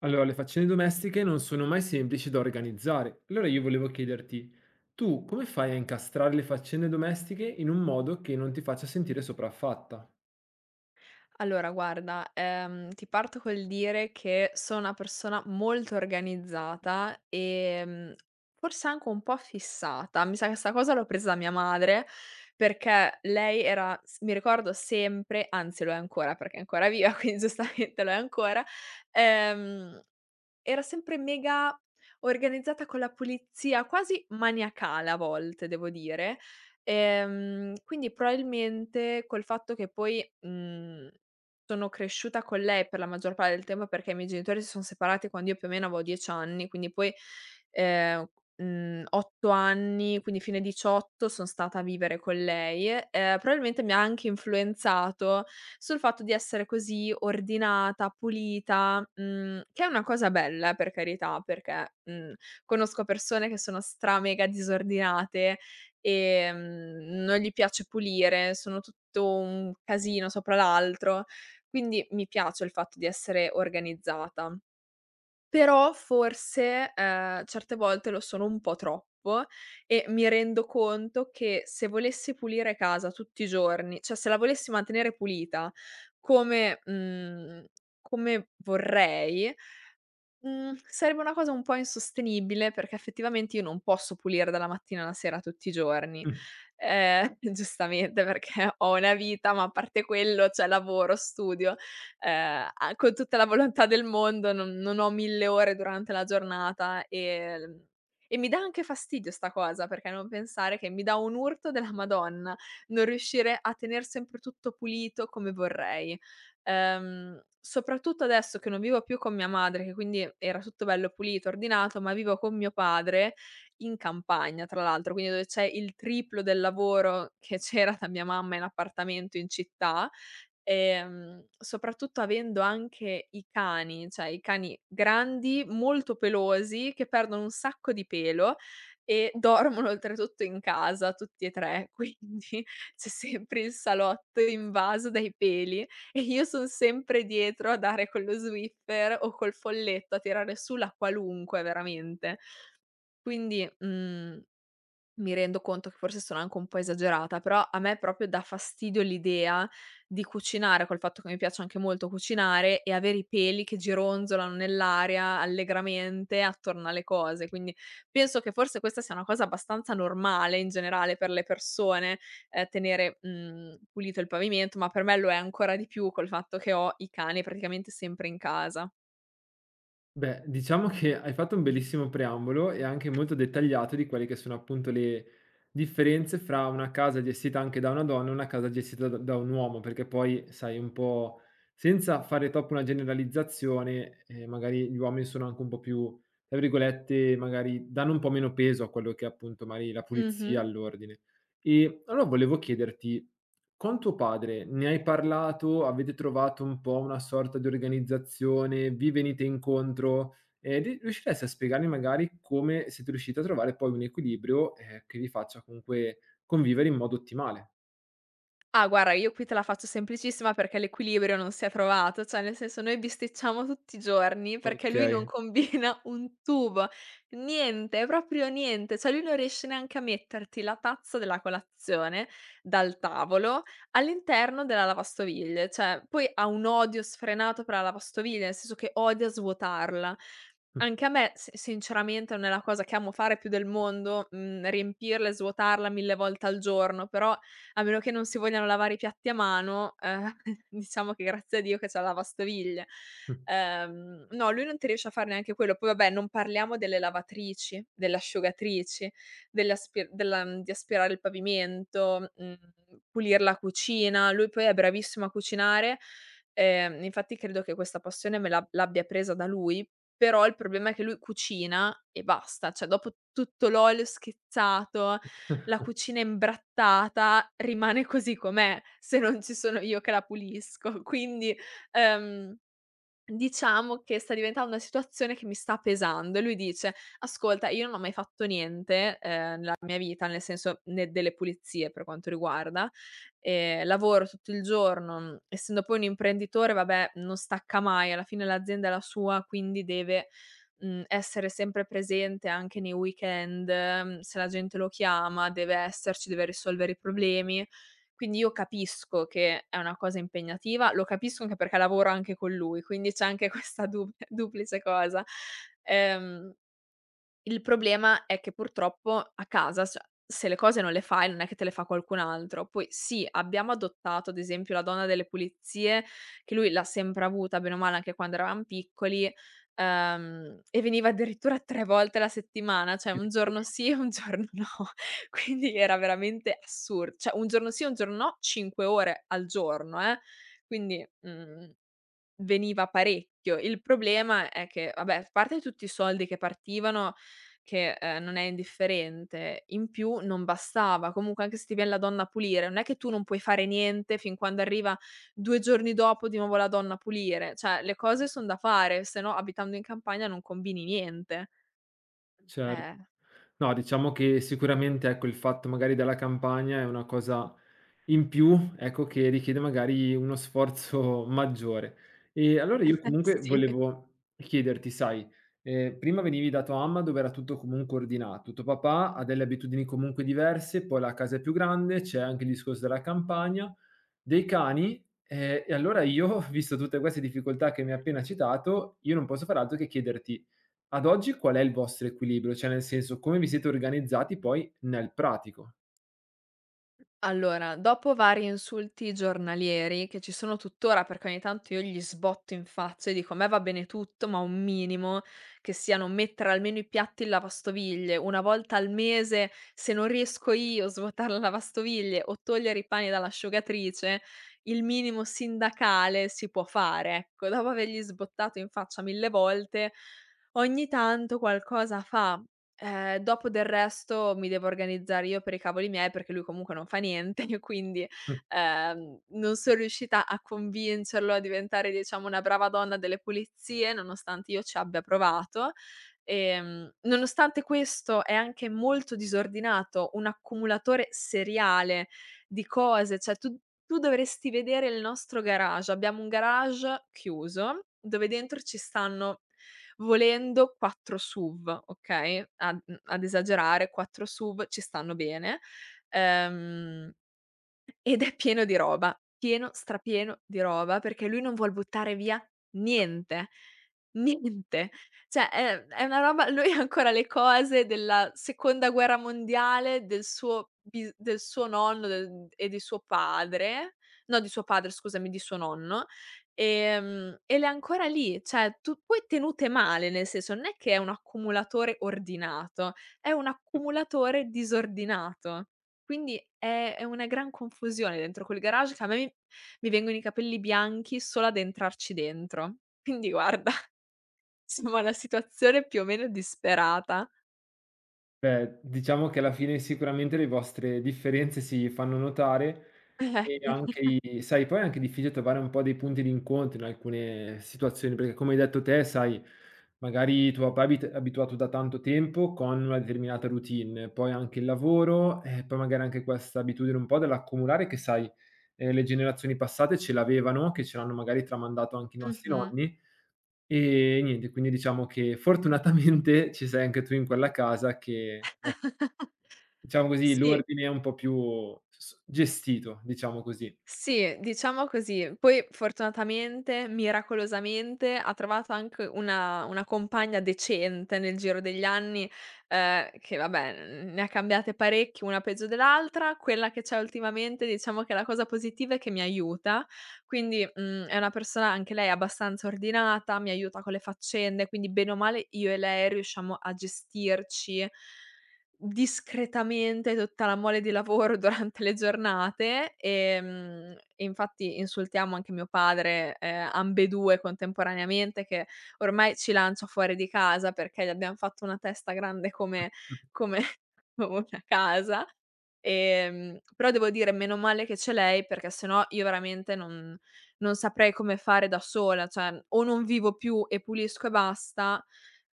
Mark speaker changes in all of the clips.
Speaker 1: Allora, le faccende domestiche non sono mai semplici da organizzare. Allora io volevo chiederti, tu come fai a incastrare le faccende domestiche in un modo che non ti faccia sentire sopraffatta?
Speaker 2: Allora guarda, ti parto col dire che sono una persona molto organizzata e, forse anche un po' fissata. Mi sa che 'sta cosa l'ho presa da mia madre, perché lei era s mi ricordo sempre, anzi lo è ancora perché è ancora viva, quindi giustamente lo è ancora. ehm Era sempre mega organizzata con la pulizia, quasi maniacale a volte devo dire. Quindi probabilmente col fatto che poi, sono cresciuta con lei per la maggior parte del tempo, perché i miei genitori si sono separati quando io più o meno avevo 10 anni, quindi poi, ehm, 8 anni, quindi fine 18 son stata a vivere con lei, probabilmente mi ha anche influenzato sul fatto di essere così ordinata, pulita, che è una cosa bella, per carità, perché, conosco persone che sono stra mega disordinate, ehm, non gli piace pulire, sono tutto un casino sopra l'altro, quindi mi piace il fatto di essere organizzata. Però forse, certe volte lo sono un po' troppo e mi rendo conto che se volessi pulire casa tutti i giorni, cioè se la volessi mantenere pulita come mhmm, come vorrei, sarebbe una cosa un po' insostenibile, perché effettivamente io non posso pulire dalla mattina alla sera tutti i giorni, giustamente perché ho una vita, ma a parte quello c'è lavoro, studio, a con tutta la volontà del mondo non ho 1000 ore durante la giornata, e mi dà anche fastidio 'sta cosa, perché non pensare che mi dà un urto della Madonna non riuscire a tener sempre tutto pulito come vorrei. Soprattutto adesso che non vivo più con mia madre, che quindi era tutto bello pulito, ordinato, ma vivo con mio padre in campagna, tra l'altro, quindi dove c'è il triplo del lavoro che c'era da mia mamma in appartamento in città. Soprattutto avendo anche i cani, cioè i cani grandi, molto pelosi, che perdono un sacco di pelo e dormono oltretutto in casa tutti e 3, quindi c'è sempre il salotto invaso dai peli. E io son sempre dietro a dare con lo Swiffer o col folletto, a tirare su la qualunque veramente. Quindi, mhmm mi rendo conto che forse sono anche un po' esagerata, però a me proprio dà fastidio l'idea di cucinare, col fatto che mi piace anche molto cucinare, e avere i peli che gironzolano nell'aria allegramente attorno alle cose. Quindi penso che forse questa sia una cosa abbastanza normale in generale per le persone, tenere, pulito il pavimento, ma per me lo è ancora di più col fatto che ho i cani praticamente sempre in casa.
Speaker 1: Beh, diciamo che hai fatto un bellissimo preambolo e anche molto dettagliato di quelle che sono appunto le differenze fra una casa gestita anche da una donna e una casa gestita da un uomo, perché poi, sai, un po' senza fare troppo una generalizzazione, magari gli uomini sono anche un po' più, tra virgolette, magari danno un po' meno peso a quello che è appunto magari la pulizia,
Speaker 2: Mh-mh.
Speaker 1: all'ordine. E allora volevo chiederti, con tuo padre ne hai parlato? Avete trovato un po' una sorta di organizzazione? Vi venite incontro? Ri Riusciresti a spiegarmi magari come siete riusciti a trovare poi un equilibrio, che vi faccia comunque convivere in modo ottimale?
Speaker 2: Ah guarda, io qui te la faccio semplicissima perché l'equilibrio non si è trovato, cioè nel senso noi bisticciamo tutti i giorni perché lui non
Speaker 1: Okay.
Speaker 2: combina un tubo, niente, proprio niente, cioè lui non riesce neanche a metterti la tazza della colazione dal tavolo all'interno della lavastoviglie, cioè poi ha un odio sfrenato per la lavastoviglie, nel senso che odia svuotarla. Anche a me si sinceramente non è la cosa che amo fare più del mondo, riempirla e svuotarla 1000 volte al giorno, però a meno che non si vogliano lavare i piatti a mano, diciamo che grazie a Dio che c'è la lavastoviglie.
Speaker 1: Mh,
Speaker 2: No, lui non ti riesce a fare neanche quello. Poi vabbè, non parliamo delle lavatrici, delle asciugatrici, delle aspi della mhmm, di aspirare il pavimento, pulir la cucina. Lui poi è bravissimo a cucinare, infatti credo che questa passione me l'abbia presa da lui, però il problema è che lui cucina e basta, cioè dopo tutto l'olio schizzato la cucina imbrattata rimane così com'è, se non ci sono io che la pulisco. Quindi, ehm diciamo che sta diventando una situazione che mi sta pesando e lui dice: "Ascolta, io non ho mai fatto niente, nella mia vita, nel senso, né delle pulizie, per quanto riguarda, lavoro tutto il giorno, essendo poi un imprenditore, vabbè, non stacca mai, alla fine l'azienda è la sua, quindi deve, essere sempre presente anche nei weekend, se la gente lo chiama deve esserci, deve risolvere i problemi." Quindi io capisco che è una cosa impegnativa, lo capisco anche perché lavoro anche con lui, quindi c'è anche questa du duplice cosa. Ehm il problema è che purtroppo a casa, cioè, se le cose non le fai non è che te le fa qualcun altro. Poi sì, abbiamo adottato ad esempio la donna delle pulizie, che lui l'ha sempre avuta bene o male anche quando eravam piccoli, e veniva addirittura 3 volte alla settimana, cioè un
Speaker 1: mh.
Speaker 2: giorno sì e un giorno no. Quindi era veramente assur cioè un giorno sì e un giorno no, 5 ore al giorno, quindi, mhmm veniva parecchio. Il problema è che, vabbè, a parte tutti i soldi che partivano, che, non è indifferente, in più non bastava. Comunque anche se ti vien la donna a pulire, non è che tu non puoi fare niente fin quando arriva 2 giorni dopo di nuovo la donna a pulire. Cioè le cose son da fare, se no abitando in campagna non combini niente.
Speaker 1: Cer
Speaker 2: Eh,
Speaker 1: No, diciamo che sicuramente, ecco, il fatto magari della campagna è una cosa in più, ecco, che richiede magari uno sforzo maggiore. E allora io comunque
Speaker 2: sì.
Speaker 1: volevo chiederti, sai, prima venivi da tua mamma dove era tutto comunque ordinato, tuo papà ha delle abitudini comunque diverse, poi la casa è più grande, c'è anche il discorso della campagna, dei cani, e allora io, visto tutte queste difficoltà che mi hai appena citato, io non posso far altro che chiederti: ad oggi qual è il vostro equilibrio? Cioè nel senso, come vi siete organizzati poi nel pratico?
Speaker 2: Allora, dopo vari insulti giornalieri che ci sono tuttora, perché ogni tanto io gli sbotto in faccia e dico: "A me va bene tutto, ma un minimo, che sia non mettere almeno i piatti in lavastoviglie, una volta al mese, se non riesco io, a svuotare la lavastoviglie o togliere i pani dall'asciugatrice, il minimo sindacale si può fare", ecco. Dopo avergli sbottato in faccia mille volte, ogni tanto qualcosa fa. Dopo del resto mi devo organizzare io per i cavoli miei, perché lui comunque non fa niente, quindi, non son riuscita a convincerlo a diventare, diciamo, una brava donna delle pulizie, nonostante io ci abbia provato. Nonostante questo è anche molto disordinato, un accumulatore seriale di cose, cioè tu dovresti vedere il nostro garage. Abbiamo un garage chiuso, dove dentro ci stanno volendo 4 SUV, okay, ad esagerare 4 SUV ci stanno bene. Ehm Ed è pieno di roba, pieno, strapieno di roba, perché lui non vuol buttare via niente, niente. Cioè è una roba, lui ha ancora le cose della seconda guerra mondiale, del suo bis del suo nonno del e di suo padre, no, di suo padre, scusami, di suo nonno, e le ha ancora lì, cioè tu poi tenute male, nel senso non è che è un accumulatore ordinato, è un accumulatore disordinato. Quindi è una gran confusione dentro quel garage che a me mi vengono i capelli bianchi solo ad entrarci dentro. Quindi guarda, siamo alla situazione più o meno disperata.
Speaker 1: Beh, diciamo che alla fine sicuramente le vostre differenze si fanno notare
Speaker 2: Eh.
Speaker 1: e anche i sai, poi è anche difficile trovare un po' dei punti di incontro in alcune situazioni, perché come hai detto te, sai, magari tuo papà è abituato da tanto tempo con una determinata routine, poi anche il lavoro, e poi magari anche questa abitudine un po' dell'accumulare che, sai, le generazioni passate ce l'avevano, che ce l'hanno magari tramandato anche i nostri
Speaker 2: Mh-mh.
Speaker 1: nonni. E niente, quindi diciamo che fortunatamente ci sei anche tu in quella casa che diciamo così,
Speaker 2: Sì.
Speaker 1: l'ordine è un po' più s gestito, diciamo così.
Speaker 2: Sì, diciamo così. Poi fortunatamente, miracolosamente, ha trovato anche una compagna decente nel giro degli anni, che vabbè, n ne ha cambiate parecchie, una peggio dell'altra. Quella che c'è ultimamente, diciamo che la cosa positiva è che mi aiuta, quindi, è una persona anche lei abbastanza ordinata, mi aiuta con le faccende, quindi bene o male io e lei riusciamo a gestirci discretamente tutta la mole di lavoro durante le giornate, e infatti insultiamo anche mio padre, ambedue contemporaneamente, che ormai ci lancia fuori di casa perché gli abbiam fatto una testa grande come una casa. Però devo dire meno male che c'è lei perché sennò io veramente non saprei come fare da sola, cioè o non vivo più e pulisco e basta.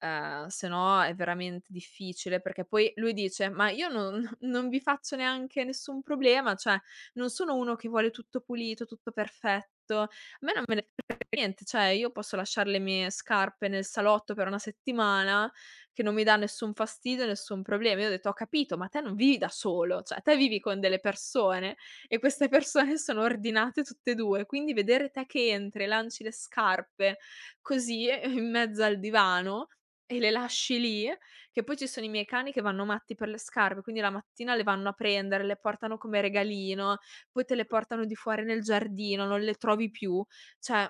Speaker 2: Se no è veramente difficile, perché poi lui dice: "Ma io non non vi faccio neanche nessun problema, cioè non sono uno che vuole tutto pulito, tutto perfetto. A me non me ne frega niente, cioè io posso lasciar le mie scarpe nel salotto per una settimana, che non mi dà nessun fastidio, nessun problema". Io ho detto: "Ho capito, ma te non vivi da solo, cioè te vivi con delle persone e queste persone sono ordinate tutte e 2, quindi vedere te che entri e lanci le scarpe così, in mezzo al divano e le lasci lì, che poi ci sono i miei cani che vanno matti per le scarpe, quindi la mattina le vanno a prendere, le portano come regalino, poi te le portano di fuori nel giardino, non le trovi più. Cioè,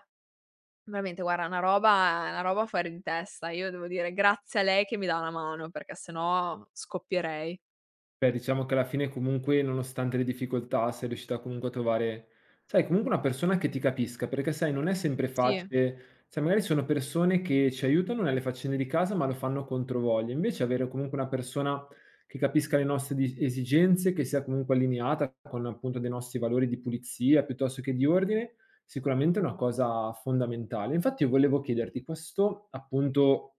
Speaker 2: veramente guarda, una roba fuori di testa. Io devo dire grazie a lei che mi dà una mano, perché se no scoppierei."
Speaker 1: Beh, diciamo che alla fine comunque, nonostante le difficoltà, sei riuscita comunque a trovare, sai, comunque una persona che ti capisca, perché sai, non è sempre
Speaker 2: Sì.
Speaker 1: facile, sai, magari sono persone che ci aiutano nelle faccende di casa, ma lo fanno controvoglia. Invece avere comunque una persona che capisca le nostre esigenze, che sia comunque allineata con appunto dei nostri valori di pulizia piuttosto che di ordine, sicuramente è una cosa fondamentale. Infatti io volevo chiederti questo appunto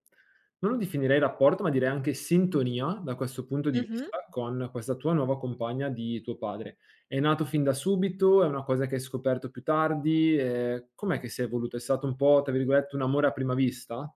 Speaker 1: non lo definirei rapporto, ma direi anche sintonia, da questo punto di
Speaker 2: Mh-mh.
Speaker 1: vista, con questa tua nuova compagna di tuo padre. È nato fin da subito? È una cosa che hai scoperto più tardi? Com'è che si è evoluto? È stato un po', tra virgolette, "un amore a prima vista"?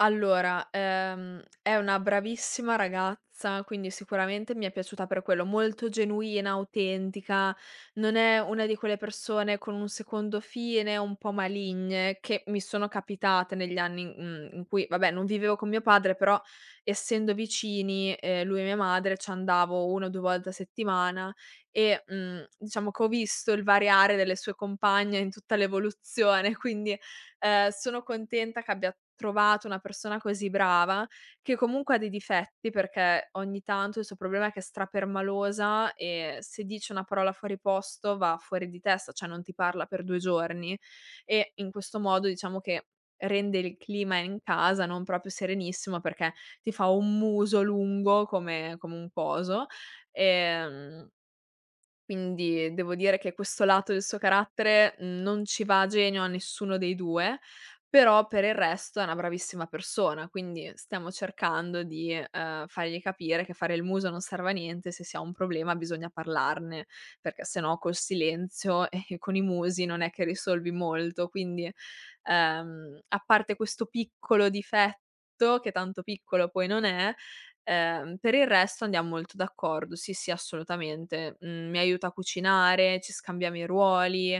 Speaker 2: Allora, è una bravissima ragazza, quindi sicuramente mi è piaciuta per quello, molto genuina, autentica, non è una di quelle persone con un secondo fine, un po' maligne, che mi sono capitate negli anni in cui, vabbè, non vivevo con mio padre, però essendo vicini, lui e mia madre, ci andavo 1 o 2 volte a settimana e, diciamo che ho visto il variare delle sue compagne in tutta l'evoluzione, quindi. Sono contenta che abbia trovato una persona così brava, che comunque ha dei difetti, perché ogni tanto il suo problema è che è strapermalosa e se dice una parola fuori posto va fuori di testa, cioè non ti parla per 2 giorni e in questo modo diciamo che rende il clima in casa non proprio serenissimo, perché ti fa un muso lungo come un coso, ehm quindi devo dire che questo lato del suo carattere, non ci va a genio a nessuno dei 2, però per il resto è una bravissima persona, quindi stiamo cercando di, fargli capire che fare il muso non serve a niente, se si ha un problema bisogna parlarne, perché se no col silenzio e con i musi non è che risolvi molto. Quindi, a parte questo piccolo difetto, che tanto piccolo poi non è, per il resto andiam molto d'accordo, sì, sì, assolutamente. Mhmm, Mi aiuta a cucinare, ci scambiamo i ruoli,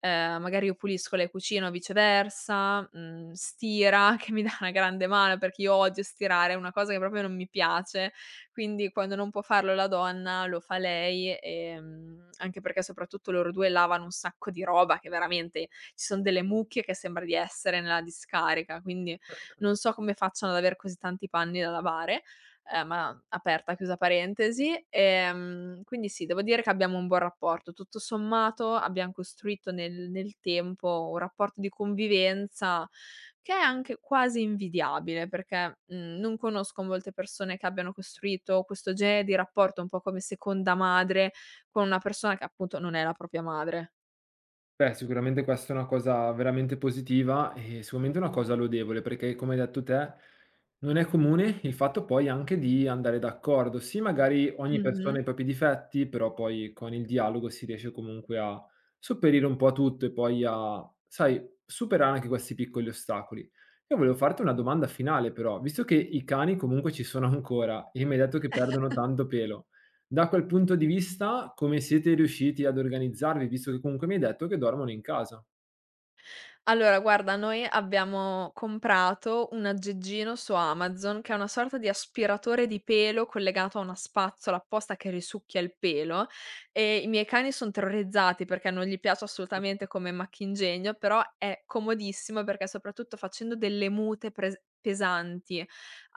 Speaker 2: magari io pulisco, lei cucina o viceversa, stira che mi dà una grande mano perché io odio stirare, è una cosa che proprio non mi piace, quindi quando non può farlo la donna lo fa lei, anche perché soprattutto loro 2 lavano un sacco di roba che veramente ci son delle mucche che sembra di essere nella discarica, quindi non so come facciano ad aver così tanti panni da lavare. Ma aperta, chiusa parentesi. Quindi sì, devo dire che abbiamo un buon rapporto. Tutto sommato abbiam costruito nel tempo un rapporto di convivenza che è anche quasi invidiabile, perché, non conosco molte persone che abbiano costruito questo genere di rapporto un po' come seconda madre con una persona che appunto non è la propria madre.
Speaker 1: Beh, sicuramente questa è una cosa veramente positiva e sicuramente una cosa lodevole, perché come hai detto te, non è comune il fatto poi anche di andare d'accordo. Sì, magari ogni persona
Speaker 2: Mh-mh.
Speaker 1: ha i propri difetti, però poi con il dialogo si riesce comunque a sopperire un po' a tutto e poi a, sai, superare anche questi piccoli ostacoli. Io volevo farti una domanda finale, però, visto che i cani comunque ci sono ancora e mi hai detto che perdono tanto pelo, da quel punto di vista, come siete riusciti ad organizzarvi, visto che comunque mi hai detto che dormono in casa?
Speaker 2: Allora guarda, noi abbiamo comprato un aggeggino su Amazon che è una sorta di aspiratore di pelo collegato a una spazzola apposta che risucchia il pelo e i miei cani son terrorizzati perché non gli piace assolutamente come macchinegno, però è comodissimo perché soprattutto facendo delle mute pres pesanti,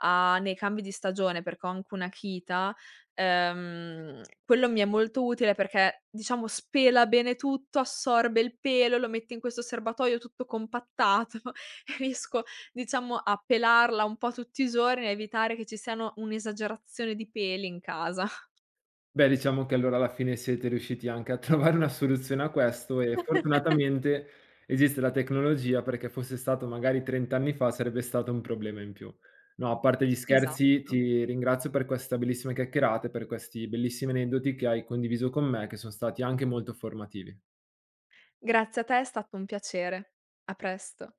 Speaker 2: a nei cambi di stagione, perché ho anche una cheetah. Quello mi è molto utile perché, diciamo, spela bene tutto, assorbe il pelo, lo mette in questo serbatoio tutto compattato e riesco, diciamo, a pelarla un po' tutti i giorni e evitare che ci siano un'esagerazione di peli in casa.
Speaker 1: Beh, diciamo che allora alla fine siete riusciti anche a trovare una soluzione a questo e fortunatamente esiste la tecnologia, perché fosse stato magari 30 anni fa sarebbe stato un problema in più. No, a parte gli scherzi,
Speaker 2: Esatto.
Speaker 1: ti ringrazio per questa bellissima chiacchierata e per questi bellissimi aneddoti che hai condiviso con me, che sono stati anche molto formativi.
Speaker 2: Grazie a te, è stato un piacere. A presto.